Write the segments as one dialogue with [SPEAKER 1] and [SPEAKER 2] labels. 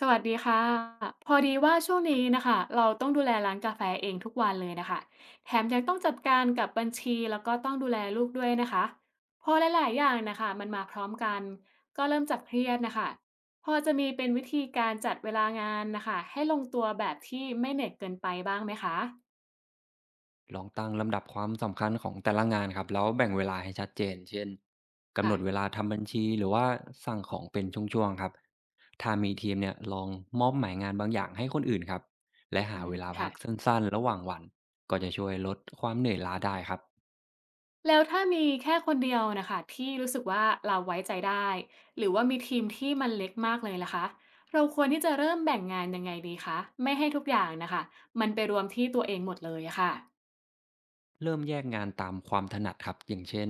[SPEAKER 1] สวัสดีค่ะพอดีว่าช่วงนี้นะคะเราต้องดูแลร้านกาแฟเองทุกวันเลยนะคะแถมยังต้องจัดการกับบัญชีแล้วก็ต้องดูแลลูกด้วยนะคะพอหลายๆอย่างนะคะมันมาพร้อมกันก็เริ่มจากเครียดนะคะพอจะมีเป็นวิธีการจัดเวลางานนะคะให้ลงตัวแบบที่ไม่เหนื่อยเกินไปบ้างไหมคะ
[SPEAKER 2] ลองตั้งลำดับความสำคัญของแต่ละงานครับแล้วแบ่งเวลาให้ชัดเจนเช่นกำหนดเว
[SPEAKER 1] ค่ะ
[SPEAKER 2] ลาทำบัญชีหรือว่าสั่งของเป็นช่วงๆครับถ้ามีทีมเนี่ยลองมอบหมายงานบางอย่างให้คนอื่นครับและหา
[SPEAKER 1] อืม
[SPEAKER 2] เวลาพั
[SPEAKER 1] ค่ะ
[SPEAKER 2] กสั้นๆระหว่างวันก็จะช่วยลดความเหนื่อยล้าได้ครับ
[SPEAKER 1] แล้วถ้ามีแค่คนเดียวนะคะที่รู้สึกว่าเราไว้ใจได้หรือว่ามีทีมที่มันเล็กมากเลยล่ะคะเราควรที่จะเริ่มแบ่งงานยังไงดีคะไม่ให้ทุกอย่างนะคะมันไปรวมที่ตัวเองหมดเลยอะค่ะ
[SPEAKER 2] เริ่มแยกงานตามความถนัดครับอย่างเช่น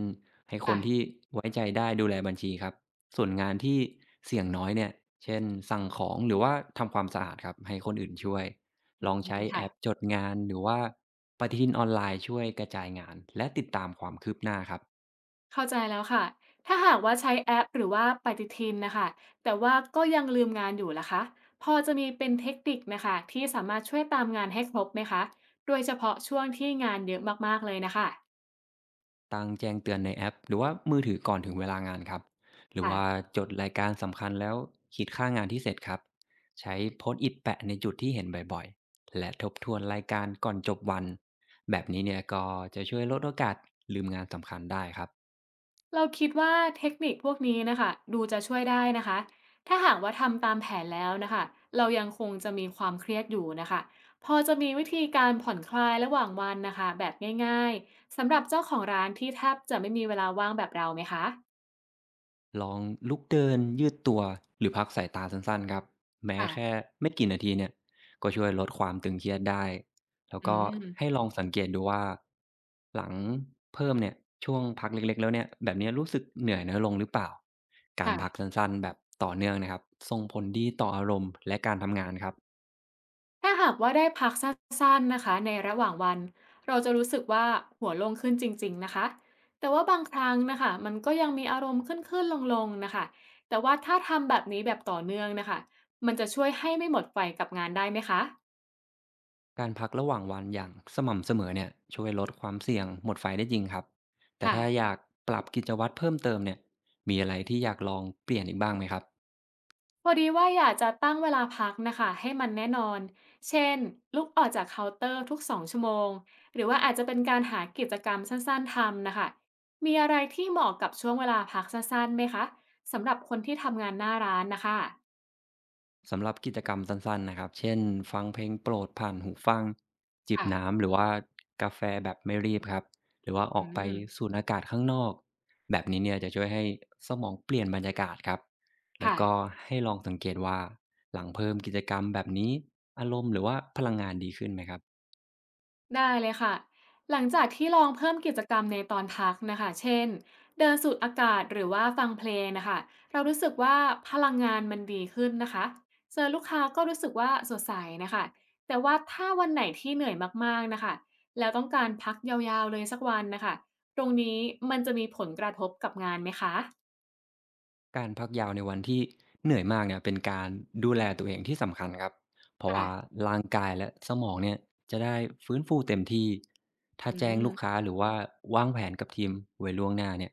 [SPEAKER 2] ให้ค
[SPEAKER 1] ค่ะ
[SPEAKER 2] นที่ไว้ใจได้ดูแลบัญชีครับส่วนงานที่เสี่ยงน้อยเนี่ยเช่นสั่งของหรือว่าทำความสะอาดครับให้คนอื่นช่วย
[SPEAKER 1] อื
[SPEAKER 2] ลองใช้
[SPEAKER 1] ม
[SPEAKER 2] แอป
[SPEAKER 1] ค่ะ
[SPEAKER 2] จดงานหรือว่าปฏิทินออนไลน์ช่วยกระจายงานและติดตามความคืบหน้าครับ
[SPEAKER 1] เข้าใจแล้วค่ะถ้าหากว่าใช้แอปหรือว่าปฏิทินนะคะแต่ว่าก็ยังลืมงานอยู่ล่ะคะพอจะมีเป็นเทคนิคนะคะที่สามารถช่วยตามงานให้ครบไหมคะโดยเฉพาะช่วงที่งานเยอะมากๆเลยนะคะ
[SPEAKER 2] ตั้งแจ้งเตือนในแอปหรือว่ามือถือก่อนถึงเวลางานครับหรือ
[SPEAKER 1] ค่ะ
[SPEAKER 2] ว่าจดรายการสำคัญแล้วคิดค่างานที่เสร็จครับใช้โพสต์อิทแปะในจุดที่เห็นบ่อยๆและทบทวนรายการก่อนจบวันแบบนี้เนี่ยก็จะช่วยลดโอกาสลืมงานสำคัญได้ครับ
[SPEAKER 1] เราคิดว่าเทคนิคพวกนี้นะคะดูจะช่วยได้นะคะถ้าหากว่าทำตามแผนแล้วนะคะเรายังคงจะมีความเครียดอยู่นะคะพอจะมีวิธีการผ่อนคลายระหว่างวันนะคะแบบง่ายๆสำหรับเจ้าของร้านที่แทบจะไม่มีเวลาว่างแบบเราไหมคะ
[SPEAKER 2] ลองลุกเดินยืดตัวหรือพักสายตาสั้นๆครับแม้แค่
[SPEAKER 1] ค่ะ
[SPEAKER 2] ไม่กี่นาทีเนี่ยก็ช่วยลดความตึงเครียดได้แล้ว
[SPEAKER 1] อื
[SPEAKER 2] ก็ให้
[SPEAKER 1] ม
[SPEAKER 2] ลองสังเกตดูว่าหลังเพิ่มเนี่ยช่วงพักเล็กๆแล้วเนี่ยแบบเนี้ยรู้สึกเหนื่อยน้อยลงหรือเปล่าการพัก
[SPEAKER 1] ค่ะ
[SPEAKER 2] สั้นๆแบบต่อเนื่องนะครับส่งผลดีต่ออารมณ์และการทำงานครับ
[SPEAKER 1] ถ้าหากว่าได้พักสั้นๆนะคะในระหว่างวันเราจะรู้สึกว่าหัวโล่งขึ้นจริงๆนะคะแต่ว่าบางครั้งนะคะมันก็ยังมีอารมณ์ขึ้นๆลงๆนะคะแต่ว่าถ้าทำแบบนี้แบบต่อเนื่องนะคะมันจะช่วยให้ไม่หมดไฟกับงานได้ไหมคะ
[SPEAKER 2] การพักระหว่างวันอย่างสม่ำเสมอเนี่ยช่วยลดความเสี่ยงหมดไฟได้จริงครับแต่
[SPEAKER 1] ค่ะ
[SPEAKER 2] ถ้าอยากปรับกิจวัตรเพิ่มเติมเนี่ยมีอะไรที่อยากลองเปลี่ยนอีกบ้างไหมครับ
[SPEAKER 1] พอดีว่าอยากจะตั้งเวลาพักนะคะให้มันแน่นอน เช่นลุกออกจากเคาน์เตอร์ทุก2ชั่วโมงหรือว่าอาจจะเป็นการหากิจกรรมสั้นๆทำนะคะมีอะไรที่เหมาะกับช่วงเวลาพักสั้นๆไหมคะสำหรับคนที่ทำงานหน้าร้านนะคะ
[SPEAKER 2] สำหรับกิจกรรมสั้นๆนะครับเช่นฟังเพลงโปรดผ่านหูฟังจิบ
[SPEAKER 1] ค่ะ
[SPEAKER 2] น้ำหรือว่ากาแฟแบบไม่รีบครับหรือว่าอ
[SPEAKER 1] อื
[SPEAKER 2] อกไป
[SPEAKER 1] ม
[SPEAKER 2] สูดอากาศข้างนอกแบบนี้เนี่ยจะช่วยให้สมองเปลี่ยนบรรยากาศครับแล้ว
[SPEAKER 1] ค่ะ
[SPEAKER 2] ก็ให้ลองสังเกตว่าหลังเพิ่มกิจกรรมแบบนี้อารมณ์หรือว่าพลังงานดีขึ้นไหมครับ
[SPEAKER 1] ได้เลยค่ะ หลังจากที่ลองเพิ่มกิจกรรมในตอนพักนะคะเช่นเดินสูดอากาศหรือว่าฟังเพลงนะคะเรารู้สึกว่าพลังงานมันดีขึ้นนะคะเจอลูกค้าก็รู้สึกว่าสดใสนะคะแต่ว่าถ้าวันไหนที่เหนื่อยมากๆนะคะแล้วต้องการพักยาวๆเลยสักวันนะคะตรงนี้มันจะมีผลกระทบกับงานไหมคะ
[SPEAKER 2] การพักยาวในวันที่เหนื่อยมากเนี่ยเป็นการดูแลตัวเองที่สำคัญครับเพราะ
[SPEAKER 1] ค่ะ
[SPEAKER 2] ว่าร่างกายและสมองเนี่ยจะได้ฟื้นฟูเต็มที่ถ้า
[SPEAKER 1] อื
[SPEAKER 2] แจ้งลูก
[SPEAKER 1] ม
[SPEAKER 2] ค้าหรือว่าวางแผนกับทีมไว้ล่วงหน้าเนี่ย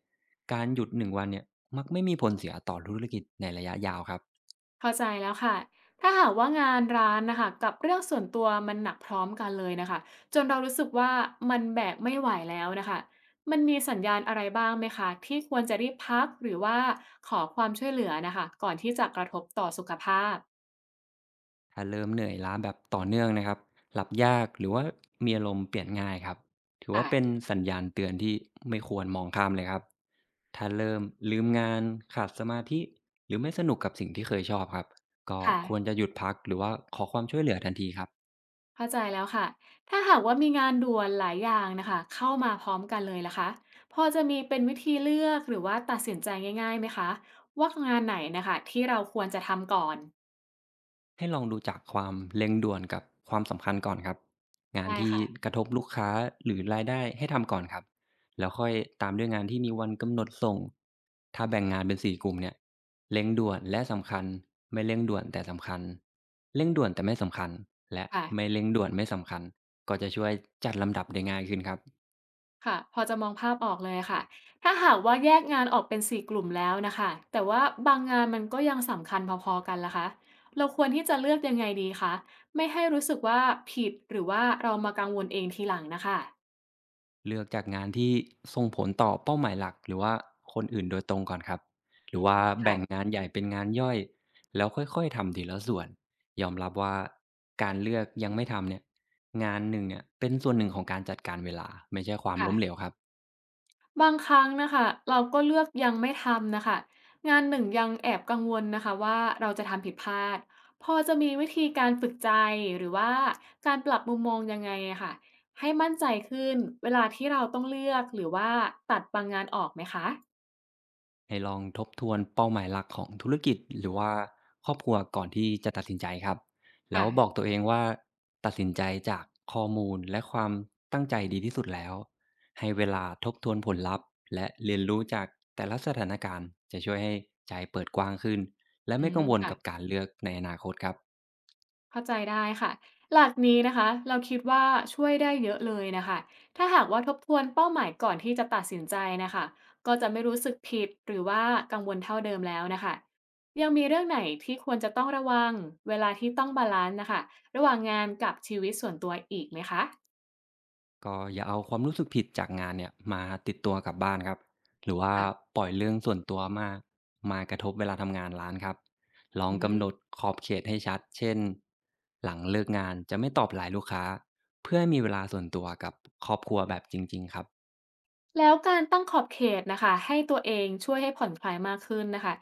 [SPEAKER 2] การหยุดหนึ่งวันเนี่ยมักไม่มีผลเสียต่อธุรกิจในระยะยาวครับ
[SPEAKER 1] เข้าใจแล้วค่ะ ถ้าหากว่างานร้านนะคะกับเรื่องส่วนตัวมันหนักพร้อมกันเลยนะคะจนเรารู้สึกว่ามันแบกไม่ไหวแล้วนะคะมันมีสัญญาณอะไรบ้างไหมคะที่ควรจะรีบพักหรือว่าขอความช่วยเหลือนะคะก่อนที่จะกระทบต่อสุขภาพ
[SPEAKER 2] ถ้าเริ่มเหนื่อยล้าแบบต่อเนื่องนะครับหลับยากหรือว่ามีอารมณ์เปลี่ยนง่ายครับถือว่า
[SPEAKER 1] ค่ะ
[SPEAKER 2] เป็นสัญญาณเตือนที่ไม่ควรมองข้ามเลยครับ ถ้าเริ่มลืมงานขาดสมาธิหรือไม่สนุกกับสิ่งที่เคยชอบครับก็
[SPEAKER 1] ค่ะ
[SPEAKER 2] ควรจะหยุดพักหรือว่าขอความช่วยเหลือทันทีครับ
[SPEAKER 1] เข้าใจแล้วค่ะถ้าหากว่ามีงานด่วนหลายอย่างนะคะเข้ามาพร้อมกันเลยล่ะคะพอจะมีเป็นวิธีเลือกหรือว่าตัดสินใจง่ายๆไหมคะว่างานไหนนะคะที่เราควรจะทำก่อน
[SPEAKER 2] ให้ลองดูจากความเร่งด่วนกับความสำคัญก่อนครับงาน
[SPEAKER 1] ได้
[SPEAKER 2] ที่
[SPEAKER 1] ค่ะ
[SPEAKER 2] กระทบลูกค้าหรือรายได้ให้ทำก่อนครับแล้วค่อยตามด้วยงานที่มีวันกำหนดส่งถ้าแบ่งงานเป็นสี่กลุ่มเนี่ยเร่งด่วนและสำคัญไม่เร่งด่วนแต่สำคัญเร่งด่วนแต่ไม่สำคัญและ
[SPEAKER 1] ค่ะ
[SPEAKER 2] ไม่เร่งด่วนไม่สำคัญก็จะช่วยจัดลำดับได้ง่ายขึ้นครับ
[SPEAKER 1] ค่ะพอจะมองภาพออกเลยค่ะถ้าหากว่าแยกงานออกเป็น4กลุ่มแล้วนะคะแต่ว่าบางงานมันก็ยังสำคัญพอๆกันล่ะคะเราควรที่จะเลือกยังไงดีคะไม่ให้รู้สึกว่าผิดหรือว่าเรามากังวลเองทีหลังนะคะ
[SPEAKER 2] เลือกจากงานที่ส่งผลต่อเป้าหมายหลักหรือว่าคนอื่นโดยตรงก่อนครับห
[SPEAKER 1] อื
[SPEAKER 2] รือ
[SPEAKER 1] ม
[SPEAKER 2] ว่าแบ่ง
[SPEAKER 1] ค่ะ
[SPEAKER 2] งานใหญ่เป็นงานย่อยแล้วค่อยๆทำทีละส่วนยอมรับว่าการเลือกยังไม่ทำเนี่ยงานหนึ่งอะเป็นส่วนหนึ่งของการจัดการเวลาไม่ใช่ความล้มเหล
[SPEAKER 1] ค่ะ
[SPEAKER 2] วครับ
[SPEAKER 1] บางครั้งนะคะเราก็เลือกยังไม่ทำนะคะงานหนึ่งยังแอบกังวลนะคะว่าเราจะทำผิดพลาดพอจะมีวิธีการฝึกใจหรือว่าการปรับมุมมองยังไงอะค่ะให้มั่นใจขึ้นเวลาที่เราต้องเลือกหรือว่าตัดบางงานออกไหมคะ
[SPEAKER 2] ให้ลองทบทวนเป้าหมายหลักของธุรกิจหรือว่าครอบครัวก่อนที่จะตัดสินใจครับแล้วบอก
[SPEAKER 1] ค่ะ
[SPEAKER 2] ตัวเองว่าตัดสินใจจากข้อมูลและความตั้งใจดีที่สุดแล้วให้เวลาทบทวนผลลัพธ์และเรียนรู้จากแต่ละสถานการณ์จะช่วยให้ใจเปิดกว้างขึ้นและ
[SPEAKER 1] อื
[SPEAKER 2] ไม่
[SPEAKER 1] ม
[SPEAKER 2] กังวลกับ
[SPEAKER 1] ค่ะ
[SPEAKER 2] การเลือกในอนาคตครับ
[SPEAKER 1] เข้าใจได้ค่ะหลักนี้นะคะเราคิดว่าช่วยได้เยอะเลยนะคะถ้าหากว่าทบทวนเป้าหมายก่อนที่จะตัดสินใจนะคะก็จะไม่รู้สึกผิดหรือว่ากังวลเท่าเดิมแล้วนะคะยังมีเรื่องไหนที่ควรจะต้องระวังเวลาที่ต้องบาลานซ์นะคะระหว่างงานกับชีวิตส่วนตัวอีกไหมคะ
[SPEAKER 2] ก็อย่าเอาความรู้สึกผิดจากงานเนี่ยมาติดตัวกลับบ้านครับหรือว่า
[SPEAKER 1] ค่ะ
[SPEAKER 2] ปล่อยเรื่องส่วนตัวมากมากระทบเวลาทำงานร้านครับลอง
[SPEAKER 1] อื
[SPEAKER 2] กำห
[SPEAKER 1] ม
[SPEAKER 2] นดขอบเขตให้ชัดเช่นหลังเลิกงานจะไม่ตอบไลน์ลูกค้าเพื่อให้มีเวลาส่วนตัวกับครอบครัวแบบจริงๆครับ
[SPEAKER 1] แล้วการตั้งขอบเขตนะคะให้ตัวเองช่วยให้ผ่อนคลายมากขึ้นนะคะ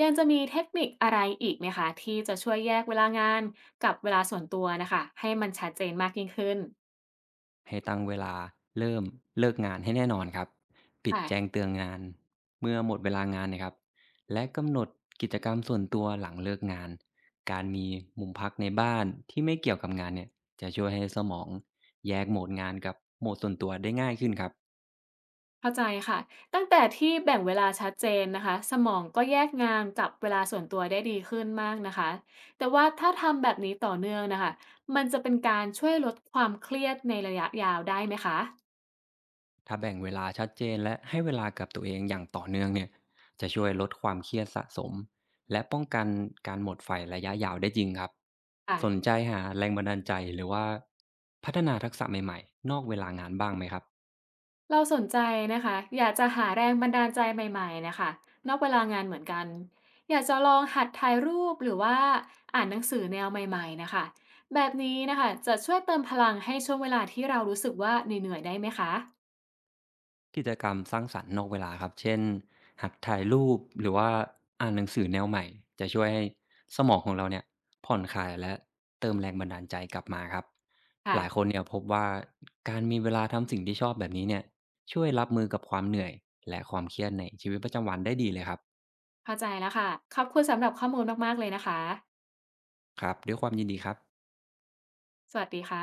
[SPEAKER 1] ยังจะมีเทคนิคอะไรอีกไหมคะที่จะช่วยแยกเวลางานกับเวลาส่วนตัวนะคะให้มันชัดเจนมากยิ่งขึ้น
[SPEAKER 2] ให้ตั้งเวลาเริ่มเลิกงานให้แน่นอนครับปิดแจ้ง
[SPEAKER 1] ค่ะ
[SPEAKER 2] เตือนงานเมื่อหมดเวลางานนะครับและกำหนดกิจกรรมส่วนตัวหลังเลิกงานการมีมุมพักในบ้านที่ไม่เกี่ยวกับงานเนี่ยจะช่วยให้สมองแยกโหมดงานกับโหมดส่วนตัวได้ง่ายขึ้นครับ
[SPEAKER 1] เข้าใจค่ะตั้งแต่ที่แบ่งเวลาชัดเจนนะคะสมองก็แยกงานกับเวลาส่วนตัวได้ดีขึ้นมากนะคะแต่ว่าถ้าทำแบบนี้ต่อเนื่องนะคะมันจะเป็นการช่วยลดความเครียดในระยะยาวได้ไหมค
[SPEAKER 2] ถ้าแบ่งเวลาชัดเจนและให้เวลากับตัวเองอย่างต่อเนื่องเนี่ยจะช่วยลดความเครียดสะสมและป้องกันการหมดไฟระยะยาวได้จริงครับ
[SPEAKER 1] ะ
[SPEAKER 2] สนใจหาแรงบันดาลใจหรือว่าพัฒนาทักษะใหม่ๆนอกเวลางานบ้างไหมครับ
[SPEAKER 1] เราสนใจนะคะอยากจะหาแรงบันดาลใจใหม่ๆนะคะนอกเวลางานเหมือนกัน อยากจะลองหัดถ่ายรูปหรือว่าอ่านหนังสือแนวใหม่ๆนะคะแบบนี้นะคะจะช่วยเติมพลังให้ช่วงเวลาที่เรารู้สึกว่าเหนื่อยๆได้ไหมคะ
[SPEAKER 2] กิจกรรมสร้างสรรค์นอกเวลาครับ เช่นหัดถ่ายรูปหรือว่าอ่านหนังสือแนวใหม่จะช่วยให้สมองของเราเนี่ยผ่อนคลายและเติมแรงบันดาลใจกลับมาครับห
[SPEAKER 1] ค่ะ
[SPEAKER 2] ลายคนเนี่ยพบว่าการมีเวลาทำสิ่งที่ชอบแบบนี้เนี่ยช่วยรับมือกับความเหนื่อยและความเครียดในชีวิตประจำวันได้ดีเลยครับ
[SPEAKER 1] เข้าใจแล้วค่ะ ขอบคุณสำหรับข้อมูลมากๆเลยนะคะ
[SPEAKER 2] ครับด้วยความยินดีครับ
[SPEAKER 1] สวัสดีค่ะ